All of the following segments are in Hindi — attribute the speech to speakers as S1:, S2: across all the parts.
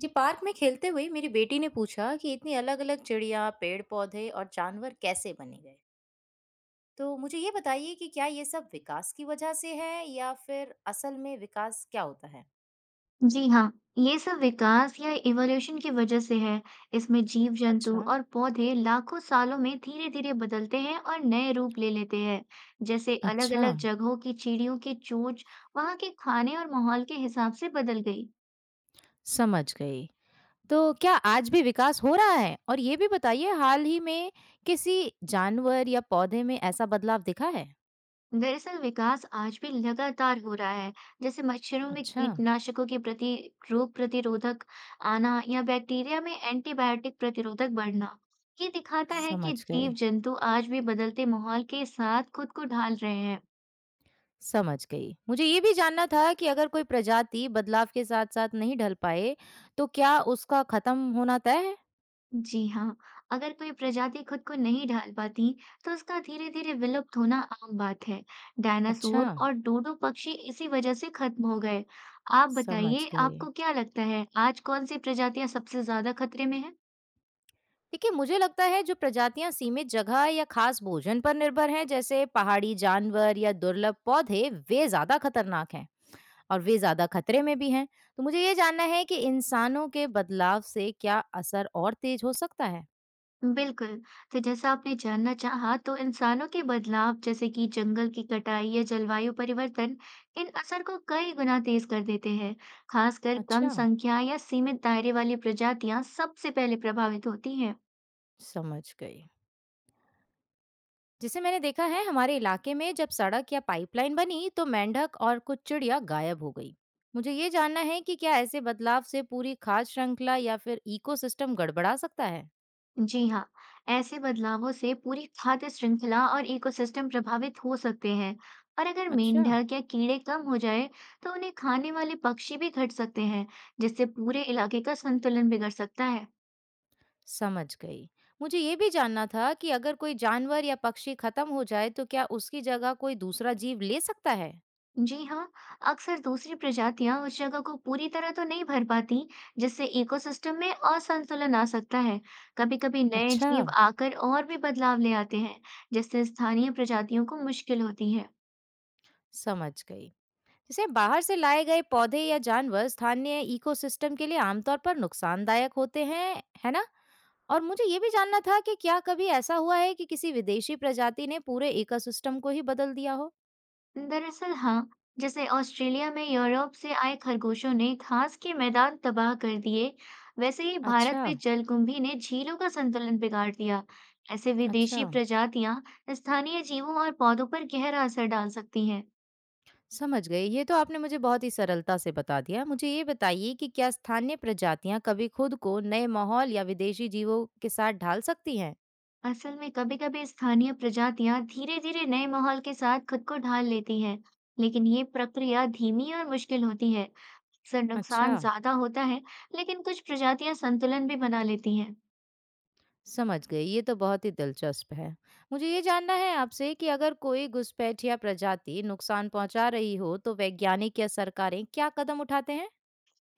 S1: जी पार्क में खेलते हुए मेरी बेटी ने पूछा कि इतनी अलग अलग चिड़िया पेड़ पौधे और जानवर कैसे बने गए। तो मुझे ये बताइए कि क्या ये सब विकास की वजह से है या फिर असल में विकास क्या होता है।
S2: जी हाँ, ये सब विकास या इवोल्यूशन की वजह से है। इसमें जीव जंतु
S1: अच्छा।
S2: और पौधे लाखों सालों में धीरे धीरे बदलते हैं और नए रूप ले लेते हैं। जैसे अलग
S1: अच्छा।
S2: अलग जगहों की चिड़ियों की चोंच वहाँ के खाने और माहौल के हिसाब से बदल गई।
S1: समझ गई। तो क्या आज भी विकास हो रहा है और ये भी बताइए हाल ही में किसी जानवर या पौधे में ऐसा बदलाव दिखा है।
S2: दरअसल विकास आज भी लगातार हो रहा है। जैसे मच्छरों में
S1: अच्छा।
S2: कीटनाशकों के प्रति रोग प्रतिरोधक आना या बैक्टीरिया में एंटीबायोटिक प्रतिरोधक बढ़ना, ये दिखाता है कि
S1: समझ
S2: जीव
S1: गए।
S2: जंतु आज भी बदलते माहौल के साथ खुद को ढाल रहे हैं।
S1: समझ गई। मुझे ये भी जानना था कि अगर कोई प्रजाति बदलाव के साथ-साथ नहीं ढल पाए, तो क्या उसका खत्म होना तय है?
S2: जी हाँ, अगर कोई प्रजाति खुद को नहीं ढाल पाती तो उसका धीरे धीरे विलुप्त होना आम बात है।
S1: अच्छा,
S2: डायनासोर और डोडो पक्षी इसी वजह से खत्म हो गए। आप
S1: समझ
S2: बताइए,
S1: गए।
S2: आपको क्या लगता है आज कौन सी प्रजातियां सबसे ज्यादा खतरे में है।
S1: देखिए, मुझे लगता है जो प्रजातियां सीमित जगह या खास भोजन पर निर्भर हैं, जैसे पहाड़ी जानवर या दुर्लभ पौधे, वे ज़्यादा खतरनाक हैं और वे ज़्यादा खतरे में भी हैं। तो मुझे ये जानना है कि इंसानों के बदलाव से क्या असर और तेज हो सकता है?
S2: बिल्कुल, तो जैसा आपने जानना चाहा, तो इंसानों के बदलाव जैसे कि जंगल की कटाई या जलवायु परिवर्तन, इन असर को कई गुना तेज कर देते हैं। खासकर कम
S1: अच्छा,
S2: संख्या या सीमित दायरे वाली प्रजातियां सबसे पहले प्रभावित होती हैं।
S1: समझ गई। जिसे मैंने देखा है हमारे इलाके में जब सड़क या पाइपलाइन बनी तो मेंढक और कुछ चिड़िया गायब हो गई। मुझे ये जानना है कि क्या ऐसे बदलाव से पूरी खाद्य श्रृंखला या फिर इकोसिस्टम गड़बड़ा सकता है।
S2: जी हाँ, ऐसे बदलावों से पूरी खाद्य श्रृंखला और इकोसिस्टम प्रभावित हो सकते हैं। और अगर
S1: अच्छा।
S2: मेंढक या कीड़े कम हो जाए, तो उन्हें खाने वाले पक्षी भी घट सकते हैं, जिससे पूरे इलाके का संतुलन बिगड़ सकता है।
S1: समझ गई। मुझे ये भी जानना था कि अगर कोई जानवर या पक्षी खत्म हो जाए तो क्या उसकी जगह कोई दूसरा जीव ले सकता है।
S2: जी हाँ, अक्सर दूसरी प्रजातियां उस जगह को पूरी तरह तो नहीं भर पाती, जिससे इकोसिस्टम में असंतुलन आ सकता है। कभी-कभी नए
S1: अच्छा।
S2: जीव आकर और भी बदलाव ले आते हैं, जिससे स्थानीय प्रजातियों को मुश्किल होती है।
S1: समझ गई। जैसे बाहर से लाए गए पौधे या जानवर स्थानीय इकोसिस्टम के लिए आमतौर पर नुकसानदायक होते हैं, है ना? और मुझे ये भी जानना था कि क्या कभी ऐसा हुआ है कि किसी विदेशी प्रजाति ने पूरे इकोसिस्टम को ही बदल दिया हो?
S2: दरअसल हाँ, जैसे ऑस्ट्रेलिया में यूरोप से आए खरगोशों ने घास के मैदान तबाह कर दिए, वैसे ही भारत
S1: अच्छा,
S2: में जलकुंभी ने झीलों का संतुलन बिगाड़ दिया। ऐसे
S1: अच्छा।
S2: विदेशी प्रजातियां स्थानीय जीवों और पौधों पर गहरा असर डाल सकती हैं।
S1: समझ गई। ये तो आपने मुझे बहुत ही सरलता से बता दिया। मुझे ये बताइए कि क्या स्थानीय प्रजातियां कभी खुद को नए माहौल या विदेशी जीवों के साथ ढाल सकती हैं?
S2: असल में कभी-कभी स्थानीय प्रजातियां धीरे-धीरे नए माहौल के साथ खुद को ढाल लेती हैं, लेकिन ये प्रक्रिया धीमी और मुश्किल होती है। अक्सर
S1: अच्छा,
S2: नुकसान ज्यादा होता है, लेकिन कुछ प्रजातियां संतुलन भी बना लेती हैं।
S1: समझ गई। ये तो बहुत ही दिलचस्प है। मुझे ये जानना है आपसे कि अगर कोई घुसपैठ या प्रजाति नुकसान पहुंचा रही हो, तो वैज्ञानिक या सरकारें क्या कदम उठाते हैं?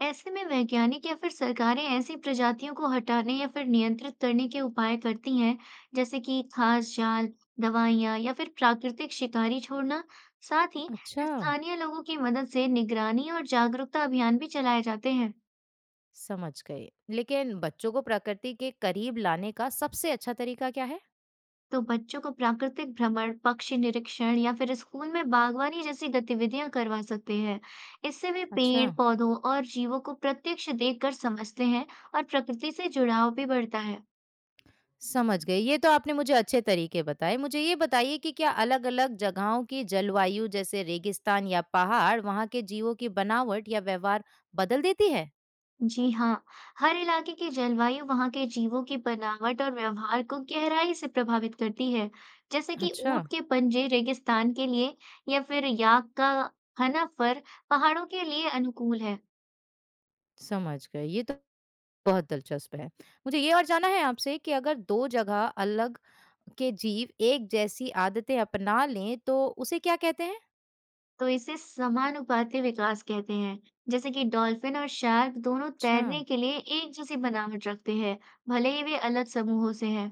S2: ऐसे में वैज्ञानिक या फिर सरकारें ऐसी प्रजातियों को हटाने या फिर नियंत्रित करने के उपाय करती हैं, जैसे कि खास जाल, दवाइयां या फिर प्राकृतिक शिकारी छोड़ना। साथ ही
S1: अच्छा।
S2: स्थानीय लोगों की मदद से निगरानी और जागरूकता अभियान भी चलाए जाते हैं।
S1: समझ गई। लेकिन बच्चों को प्रकृति के करीब लाने का सबसे अच्छा तरीका क्या है?
S2: तो बच्चों को प्राकृतिक भ्रमण, पक्षी निरीक्षण या फिर स्कूल में बागवानी जैसी गतिविधियां करवा सकते हैं। इससे वे
S1: अच्छा,
S2: पेड़, पौधों और जीवों को प्रत्यक्ष देखकर समझते हैं और प्रकृति से जुड़ाव भी बढ़ता है।
S1: समझ गई। ये तो आपने मुझे अच्छे तरीके बताए। मुझे ये बताइए कि क्या अलग-अलग जगहों की जलवायु जैसे रेगिस्तान या पहाड़ वहाँ के जीवों की बनावट या व्यवहार बदल देती है?
S2: जी हाँ, हर इलाके की जलवायु वहाँ के जीवों की बनावट और व्यवहार को गहराई से प्रभावित करती है। जैसे कि
S1: अच्छा,
S2: ऊंट के पंजे रेगिस्तान के लिए या फिर याक का हना फर पहाड़ों के लिए अनुकूल है।
S1: समझ गई। ये तो बहुत दिलचस्प है। मुझे ये और जानना है आपसे कि अगर 2 जगह अलग के जीव एक जैसी आदतें अपना लें तो उसे क्या कहते हैं?
S2: तो इसे समानुपाती विकास कहते हैं। जैसे कि डॉल्फिन और शार्क दोनों
S1: अच्छा,
S2: तैरने के लिए एक जैसी बनावट रखते हैं, भले ही वे अलग समूहों से हैं।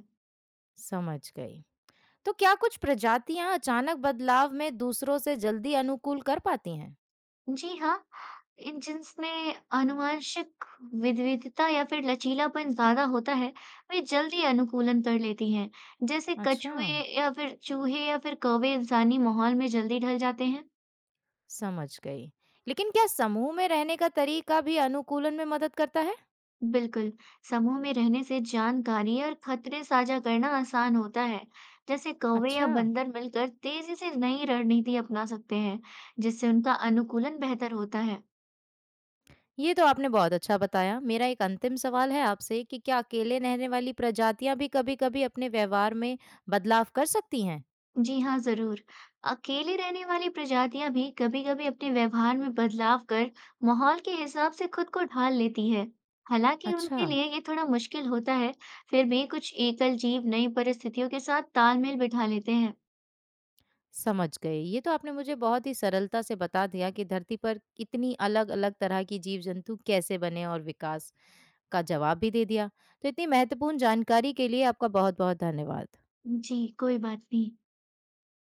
S1: समझ गई। तो क्या कुछ प्रजातियां अचानक बदलाव में दूसरों से जल्दी अनुकूल कर पाती हैं?
S2: जी हाँ, इन जिनमें आनुवंशिक विविधता या फिर लचीलापन ज्यादा होता है, वे जल्दी अनुकूलन कर लेती हैं। जैसे
S1: अच्छा,
S2: कछुए या फिर चूहे या फिर कौवे इंसानी माहौल में जल्दी ढल जाते हैं।
S1: समझ गई। लेकिन क्या समूह में रहने का तरीका भी अनुकूलन में मदद करता है?
S2: बिल्कुल, समूह में रहने से जानकारी और खतरे साझा करना आसान होता है। जैसे कौवे या
S1: अच्छा,
S2: बंदर मिलकर तेजी से नई रणनीति अपना सकते हैं, जिससे उनका अनुकूलन बेहतर होता है।
S1: ये तो आपने बहुत अच्छा बताया। मेरा एक अंतिम सवाल है आपसे कि क्या अकेले रहने वाली प्रजातियां भी कभी-कभी अपने व्यवहार में बदलाव कर सकती हैं?
S2: जी हाँ, जरूर। अकेले रहने वाली प्रजातियां भी कभी-कभी अपने व्यवहार में बदलाव कर माहौल के हिसाब से खुद को ढाल लेती है। हालांकि
S1: अच्छा,
S2: उनके लिए ये थोड़ा मुश्किल होता है, फिर भी कुछ एकल जीव नई परिस्थितियों के साथ तालमेल बिठा लेते हैं।
S1: समझ गई। ये तो आपने मुझे बहुत ही सरलता से बता दिया कि धरती पर इतनी अलग-अलग तरह की जीव-जंतु कैसे बने और विकास का जवाब भी दे दिया। तो इतनी महत्वपूर्ण जानकारी के लिए आपका बहुत-बहुत धन्यवाद।
S2: जी कोई बात नहीं।